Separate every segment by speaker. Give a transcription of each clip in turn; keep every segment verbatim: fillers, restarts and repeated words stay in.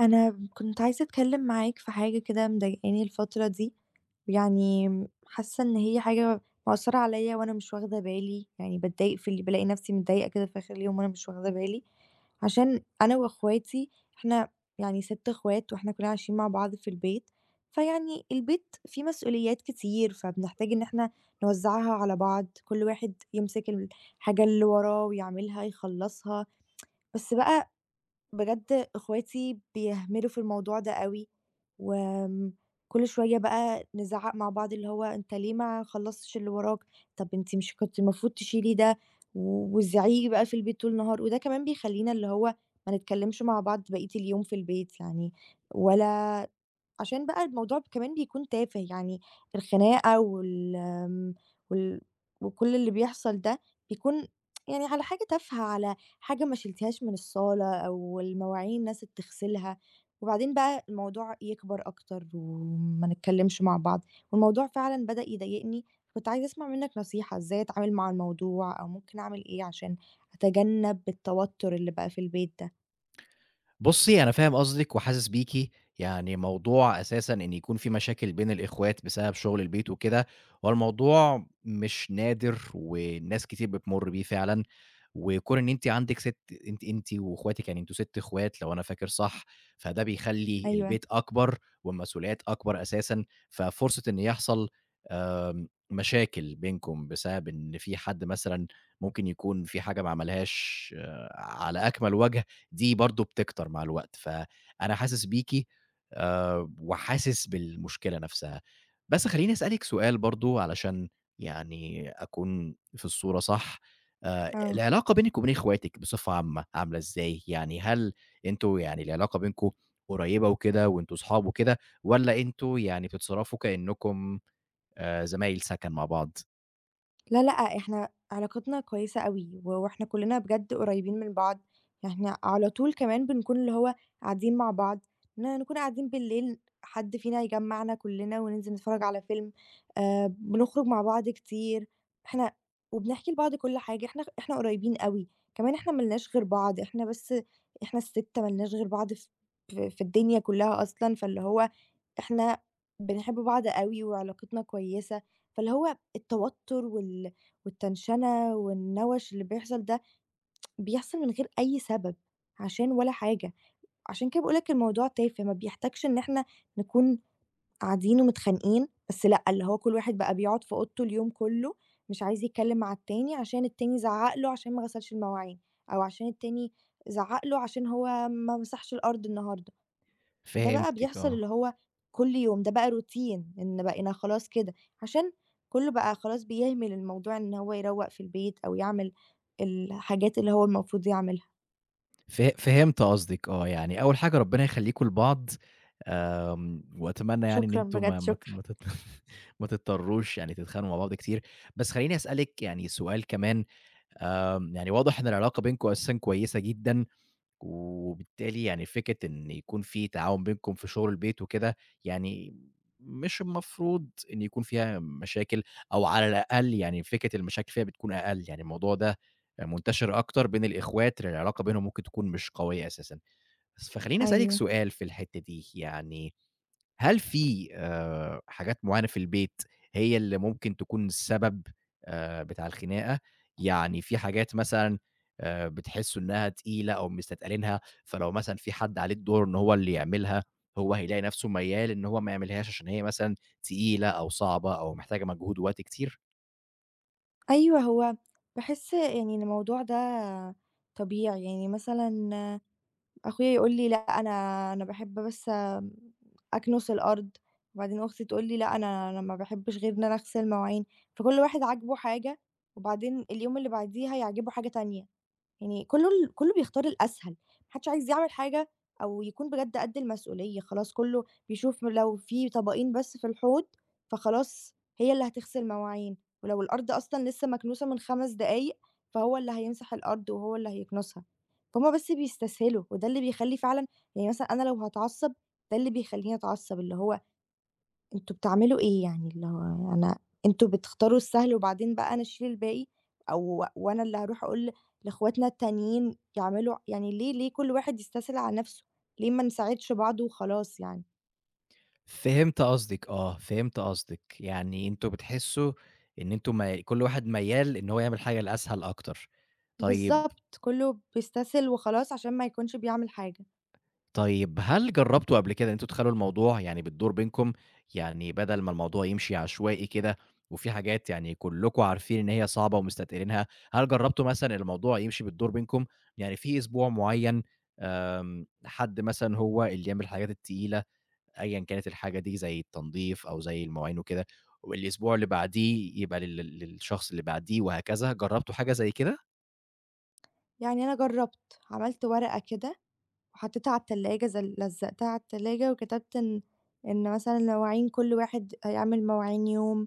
Speaker 1: أنا كنت عايزة أتكلم معاك في حاجة كده مضايقاني الفترة دي، يعني حاسة إن هي حاجة مأثرة عليَّ وأنا مش واخدة بالي، يعني باتضايق في ال بالاقي نفسي متضايقة كده في آخر اليوم وأنا مش واخدة بالي، عشان أنا وأخواتي إحنا يعني ستة أخوات وإحنا كلنا عايشين مع بعض في البيت، فيعني البيت فيه مسؤوليات كتير، فبنحتاج إن إحنا نوزعها على بعض، كل واحد يمسك الحاجة اللي وراه ويعملها يخلصها، بس بقى بجد إخواتي بيهملوا في الموضوع ده أوي، وآمم كل شوية بقى نزعّق مع بعض اللي هو أنت ليه ما خلّصتش اللي وراك، طب أنتِ مش كنتِ المفروض تشيلي ده، و والزعيق بقى في البيت طول النهار، وده كمان بيخلّينا اللي هو ما نتكلمش مع بعض بقية اليوم في البيت يعني، ولا عشان بقى الموضوع كمان بيكون تافه، يعني الخناقة وال آمم، وال وكل اللي بيحصل ده بيكون يعني على حاجة تافهة، على حاجة ما شيلتيهاش من الصالة أو المواعين نست تغسلها، وبعدين بقى الموضوع يكبر أكتر وما نتكلمش مع بعض، والموضوع فعلًا بدأ يضايقني، كنت عايزة أسمع منك نصيحة إزاي أتعامل مع الموضوع أو ممكن أعمل إيه عشان أتجنب التوتر اللي بقى في البيت ده؟
Speaker 2: بُصّي، أنا فاهم قصدِك وحاسس بيكِ، يعني موضوع أساسًا إن يكون في مشاكل بين الإخوات بسبب شغل البيت وكده. هو الموضوع مش نادر وناس كتير بتمُر بيه فعلًا، وكون إن أنتِ عندِك سِت، أنتِ أنتِ واخواتِك، يعني أنتم ست إخوات لو أنا فاكر صح، فده بيخلّي
Speaker 1: أيوه،
Speaker 2: البيت أكبر والمسؤوليات أكبر أساسًا. ففرصة إن يحصل مشاكل بينكم بسبب إن في حد مثلًا ممكن يكون في حاجة ما عملهاش آه، على أكمل وجه، دي برضه بتكتر مع الوقت. فأنا حاسس بيكِ آآ، وحاسس بالمشكلة نفسها. بس خلّيني أسألِك سؤال برضه علشان يعني أكون في الصورة صح. آآ،
Speaker 1: آه.
Speaker 2: العلاقة بينِك وبين إخواتِك بصفة عامة عاملة إزاي؟ يعني هل أنتم، يعني العلاقة بينكم قريبة وكده وأنتم صحاب وكده، والّا أنتم يعني بتتصرفوا كأنكم آآ زمايل سَكَن مع بعض.
Speaker 1: لا، لأ، إحنا علاقتنا كويسة أوي، و وإحنا كلّنا بجد قريبين من بعض، إحنا على طول كمان بنكون اللي هو قاعدين مع بعض، ن نكون قاعدين بالليل حد فينا يجمّعنا كلّنا وننزل نتفرّج على فيلم، آآ، بنخرج مع بعض كتير، إحنا وبنحكي لبعض كل حاجة، إحنا إحنا قريبين أوي، كمان إحنا ما لناش غير بعض، إحنا بس إحنا ال6 ما لناش غير بعض ف في في الدنيا كلّها أصلًا، فاللي هو إحنا بنحب بعض أوي وعلاقتنا كويسة، فاللي هو التوتر وال والتنشنة والنَوَش اللي بيحصل ده، بيحصل من غير أي سبب، عشان ولا حاجة، عشان كده باقول لك الموضوع تافه، ما بيحتاجش إن إحنا نكون قاعدين ومتخانقين، بس لأ، اللي هو كل واحد بقى بيقعد في أوضته اليوم كله، مش عايز يتكلم مع التاني عشان التاني زعق له عشان ما غسلش المواعين، أو عشان التاني زعق له عشان هو ما مسحش الأرض النهاردة. ده بقى
Speaker 2: فهمتِك
Speaker 1: بيحصل
Speaker 2: آه.
Speaker 1: اللي هو كل يوم، ده بقى روتين إن بقينا خلاص كده، عشان كله بقى خلاص بيهمل الموضوع إن هو يروّق في البيت أو يعمل الحاجات اللي هو المفروض يعملها.
Speaker 2: فه فهمت قصدِك آه، يعني أول حاجة ربنا يخلّيكم لبعض. آمم وأتمنى يعني إن
Speaker 1: شكرًا
Speaker 2: أنتم ما
Speaker 1: بجد،
Speaker 2: ما ت
Speaker 1: شكرًا.
Speaker 2: ما تت ما تضطروش يعني تتخانقوا مع بعض كتير. بس خلّيني أسألِك يعني سؤال كمان. آمم يعني واضح إن العلاقة بينكم أساسًا كويسة جدًا، وبالتالي يعني فكرة إن يكون في تعاون بينكم في شغل البيت وكده، يعني مش المفروض إن يكون فيها مشاكل، أو على الأقل يعني فكرة المشاكل فيها بتكون أقل، يعني الموضوع ده منتشر أكتر بين الإخوات، العلاقة بينهم ممكن تكون مش قوية أساسًا. بس فخلّيني أسألِك
Speaker 1: أيوه،
Speaker 2: سؤال في الحتّة دي، يعني هل في آآ حاجات معيّنة في البيت هي اللي ممكن تكون السبب آآ بتاع الخناقة؟ يعني في حاجات مثلًا آآ بتحسّوا إنّها تقيلة أو مستتقلينها، فلو مثلًا في حد عليه الدور إن هو اللي يعملها، هو هيلاقي نَفْسه ميّال إن هو ما يعملهاش عشان هي مثلًا تقيلة أو صعبة أو محتاجة مجهود ووقت كتير؟
Speaker 1: أيوه هو باحس يعني إن الموضوع ده طبيعي، يعني مثلًا أخويا يقول لي: "لأ، أنا أنا باحب بس آمم أكنس الأرض." وبعدين أختي تقول لي: "لأ، أنا أنا ما باحبش غير إن أنا أغسل مواعين." فكل واحد عاجبه حاجة، وبعدين اليوم اللي بعديها يعجبه حاجة تانية. يعني كُلّه ال كُلّه بيختار الأسهل، ما حدش عايز يعمل حاجة أو يكون بجد قد المسؤولية، خلاص كُلّه بيشوف لو في طبقين بس في الحوض، فخلاص هي اللي هتغسل مواعين، ولو الأرض أصلًا لسه مكنوسة من خمس دقايق، فهو اللي هيمسح الأرض وهو اللي هيكنسها، فهُم بس بيستسهلوا، وده اللي بيخلّي فعلًا يعني مثلًا أنا لو هاتعصب، ده اللي بيخلّيني أتعصب، اللي هو أنتم بتعملوا إيه يعني؟ اللي هو أنا أنتم بتختاروا السهل وبعدين بقى أنا أشيل الباقي أو وأنا اللي هاروح أقول لإخواتنا التانيين يعملوا يعني ليه ليه كل واحد يستسهل على نَفْسه؟ ليه ما نساعدش بعض وخلاص يعني؟
Speaker 2: فهمت قصدِك آه، فهمت قصدِك. يعني أنتم بتحسّوا إن أنتم، مي كل واحد ميّال إن هو يعمل حاجة الأسهل أكتر. طيب
Speaker 1: بالضبط، كُلّه بيستسهل وخلاص عشان ما يكونش بيعمل حاجة.
Speaker 2: طيب هل جرّبتوا قبل كده إن أنتم تخلّوا الموضوع يعني بتدور بينكم، يعني بدل ما الموضوع يمشي عشوائي كده وفي حاجات يعني كلّكم عارفين إن هي صعبة ومستتقلينها، هل جرّبتوا مثلًا الموضوع يمشي بالدور بينكم؟ يعني في أسبوع معيّن، آمم، حد مثلًا هو اللي يعمل الحاجات التقيلة، أيًا كانت الحاجة دي زي التنضيف أو زي المواعين وكده، والأسبوع اللي بعديه يبقى لل للشخص اللي بعديه وهكذا. جرّبتوا حاجة زي كده؟
Speaker 1: يعني أنا جرّبت، عملت ورقة كده وحطّيتها على التلاجة زل لزّقتها على التلاجة وكتبت إن إن مثلًا المواعين كل واحد هيعمل مواعين يوم،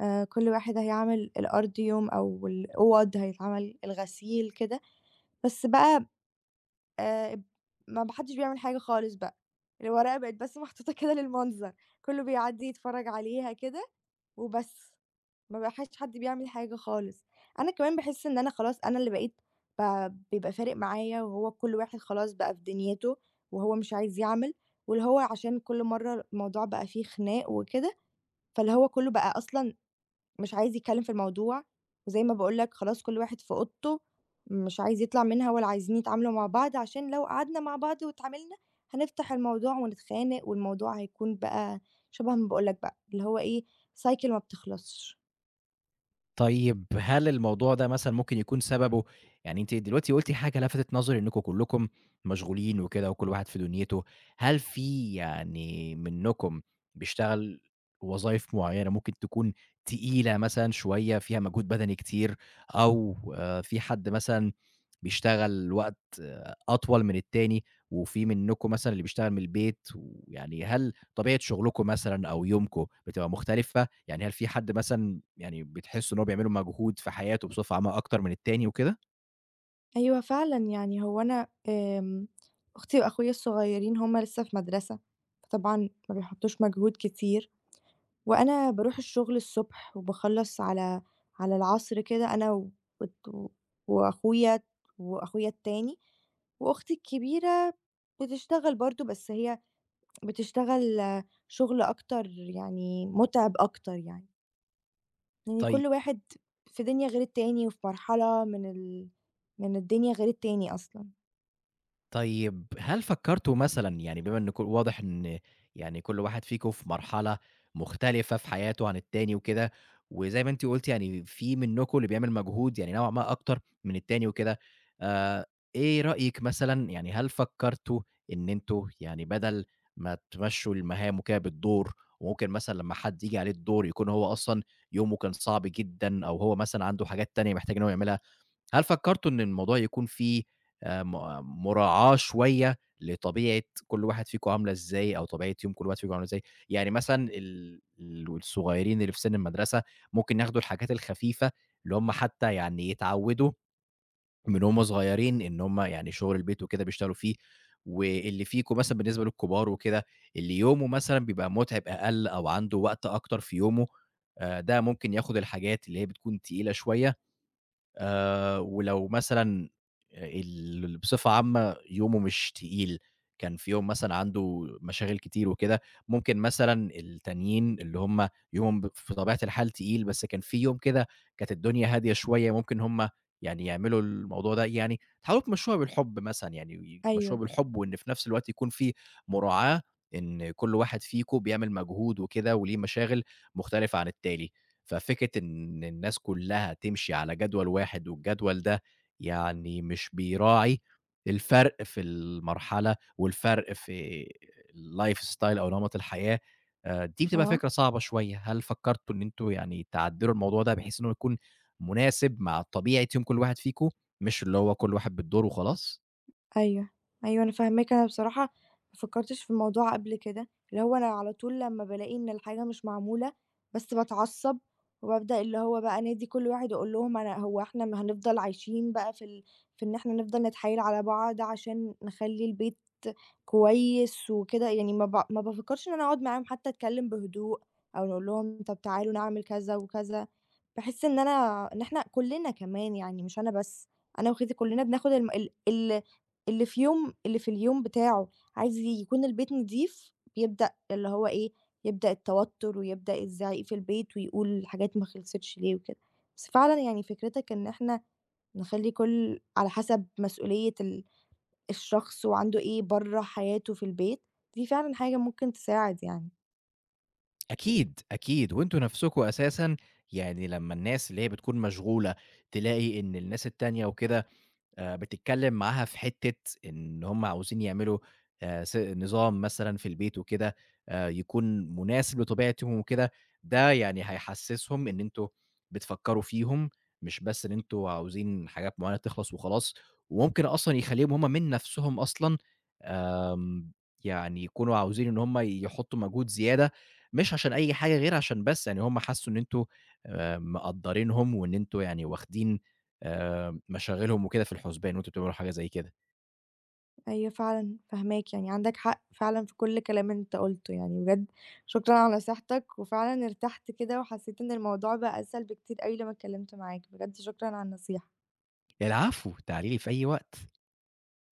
Speaker 1: آآ كل واحد هيعمل الأرض يوم أو الأوَض هيتعمل الغسيل كده، بس بقى آآ ما ب حدش بيعمل حاجة خالص بقى، الورقة بقت بس محطوطة كده للمنظر، كله بيعدّي يتفرّج عليها كده وبس، ما بقاش حد بيعمل حاجة خالص. أنا كمان باحس إن أنا خلاص أنا اللي بقيت ب بيبقى فارق معايا وهو كل واحد خلاص بقى في دنيته وهو مش عايز يعمل، واللي هو عشان كل مرّة الموضوع بقى فيه خناق وكده، فاللي هو كله بقى أصلًا مش عايز يتكلم في الموضوع، وزي ما باقول لك خلاص كل واحد في أوضته، مش عايز يطلع منها ولا عايزين يتعاملوا مع بعض، عشان لو قعدنا مع بعض واتعاملنا هنفتح الموضوع ونتخانق، والموضوع هيكون بقى شبه ما باقول لك بقى، اللي هو إيه cycle ما بتخلصش.
Speaker 2: طيب، هل الموضوع ده مثلًا ممكن يكون سببه؟ يعني أنتِ دلوقتي قُلتِ حاجة لفتت نظري إنكم كلّكم مشغولين وكده وكل واحد في دنيته، هل في يعني منّكم بيشتغل وظايف معيّنة ممكن تكون تقيلة مثلًا شوية، فيها مجهود بدني كتير، أو آآ في حد مثلًا بيشتغل وقت آه، أطول من التاني، وفي منّكم مثلًا اللي بيشتغل من البيت، ويعني هل طبيعة شغلكم مثلًا أو يومكم بتبقى مختلفة؟ يعني هل في حد مثلًا يعني بتحس إن هو بيعملوا مجهود في حياته بصفة عامة أكتر من التاني وكده؟
Speaker 1: أيوه فعلًا، يعني هو أنا آمم، أختي وأخويا الصغيرين هُم لسه في مدرسة، فطبعًا ما بيحطّوش مجهود كتير. وأنا باروح الشغل الصبح وباخلّص على على العصر كده أنا و وت وأخويا وأخويا التاني، وأختي الكبيرة بتشتغل برضه، بس هي بتشتغل شغل أكتر يعني مُتعب أكتر يعني، يعني
Speaker 2: طيب
Speaker 1: كل واحد في دنيا غير التاني وفي مرحلة من ال من الدنيا غير التاني أصلًا.
Speaker 2: طيب هل فكرتوا مثلًا، يعني بما إن ك واضح إن، يعني كل واحد فيكم في مرحلة مختلفة في حياته عن التاني وكده، وزي ما أنتِ قُلتِ يعني في منكم اللي بيعمل مجهود يعني نوعًا ما أكتر من التاني وكده، آآ إيه رأيك مثلًا؟ يعني هل فكرتوا إن أنتم يعني بدل ما تمشّوا المهام وكده بالدور، وممكن مثلًا لمّا حد ييجي عليه الدور يكون هو أصلًا يومه كان صعب جدًا، أو هو مثلًا عنده حاجات تانية محتاج إن هو يعملها، هل فكرتوا إن الموضوع يكون فيه آآ م آه، مراعاة شوية لطبيعة كل واحد فيكم عاملة إزاي، أو طبيعة يوم كل واحد فيكم عاملة إزاي؟ يعني مثلًا ال ال الصغيرين اللي في سِن المدرسة ممكن ياخدوا الحاجات الخفيفة، اللي هم حتى يعني يتعوّدوا من وهم صغيرين إن هم يعني شُغل البيت وكده بيشتغلوا فيه، واللي فيكم مثلًا بالنسبة للكبار وكده، اللي يومه مثلًا بيبقى مُتعِب أقل أو عنده وقت أكتر في يومه، آآ ده ممكن ياخد الحاجات اللي هي بتكون تقيلة شوية. آآ ولو مثلًا ال بصفة عامة يومه مش تقيل، كان في يوم مثلًا عنده مشاغل كتير وكده، ممكن مثلًا التانيين اللي هم يومهم ب في طبيعة الحال تقيل، بس كان في يوم كده كانت الدنيا هادية شوية، ممكن هم يعني يعملوا الموضوع ده، يعني تحاولوا تمشّوها بالحب مثلًا، يعني تمشّوها
Speaker 1: أيوه،
Speaker 2: بالحب، وإن في نفس الوقت يكون في مراعاة إن كل واحد فيكم بيعمل مجهود وكده وليه مشاغل مختلفة عن التاني. ففكرة إن الناس كلّها تمشي على جدول واحد، والجدول ده يعني مش بيراعي الفرق في المرحلة والفرق في الlifestyle أو نمط الحياة، آآ دي بتبقى
Speaker 1: آه.
Speaker 2: فكرة صعبة شوية. هل فكّرتوا إن أنتم يعني تعدّلوا الموضوع ده بحيث إن هو يكون مناسب مع طبيعة يوم كل واحد فيكم، مش اللي هو كل واحد بالدور وخلاص؟
Speaker 1: أيوه، أيوه أنا فاهماك، أنا بصراحة ما فكّرتش في الموضوع قبل كده، اللي هو أنا على طول لمّا بالاقي إن الحاجة مش معمولة، بس باتعصّب وبابدأ اللي هو بقى أنادي كل واحد أقول لهم أنا هو إحنا ما هنفضل عايشين بقى في ال في إن إحنا نفضل نتحايل على بعض عشان نخلّي البيت كويس وكده، يعني ما ب ما بافكّرش إن أنا أقعد معاهم حتى أتكلّم بهدوء أو أقول لهم طَب تعالوا نعمل كذا وكذا، باحس إن أنا إن إحنا كُلّنا كمان يعني مش أنا بس، أنا وأخواتي كُلّنا بناخُد الم ال ال اللي في يوم اللي في اليوم بتاعه، عايز يكون البيت نضيف بيبدأ اللي هو إيه، يبدأ التوتُّر ويبدأ الزعيق في البيت ويقول الحاجات ما خلصتش ليه وكده. بس فعلًا يعني فكرتك إن إحنا نخلّي كل على حسب مسؤولية ال الشخص وعنده إيه برّه حياته في البيت، دي فعلًا حاجة ممكن تساعد يعني.
Speaker 2: أكيد، أكيد، وأنتم نَفْسكم أساسًا، يعني لمّا الناس اللي هي بتكون مشغولة تلاقي إن الناس التانية وكده آآ بتتكلّم معاها في حتّة إن هم عاوزين يعملوا آآ س نظام مثلًا في البيت وكده، آآ يكون مناسب لطبيعتهم وكده، ده يعني هيحسّسهم إن أنتم بتفكّروا فيهم، مش بس إن أنتم عاوزين حاجات معيّنة تخلص وخلاص، وممكن أصلًا يخلّيهم هم من نَفْسهم أصلًا، آمم يعني يكونوا عاوزين إن هم يحطّوا مجهود زيادة، مش عشان أي حاجة غير عشان بس يعني هم حسّوا إن أنتم آآ مقدّرينهم، وإن أنتم يعني واخدين آآ مشاغلهم وكده في الحُسبان وأنتم بتعملوا حاجة زي كده.
Speaker 1: أيوه فعلًا فاهماك، يعني عندك حق فعلًا في كل كلام أنت قُلته، يعني بجد شكرًا على نصيحتك، وفعلًا ارتحت كده وحسيت إن الموضوع بقى أسهل بكتير أوي لمّا اتكلمت معاك، بجد شكرًا على النصيحة.
Speaker 2: العفو، تعالي لي في أي وقت.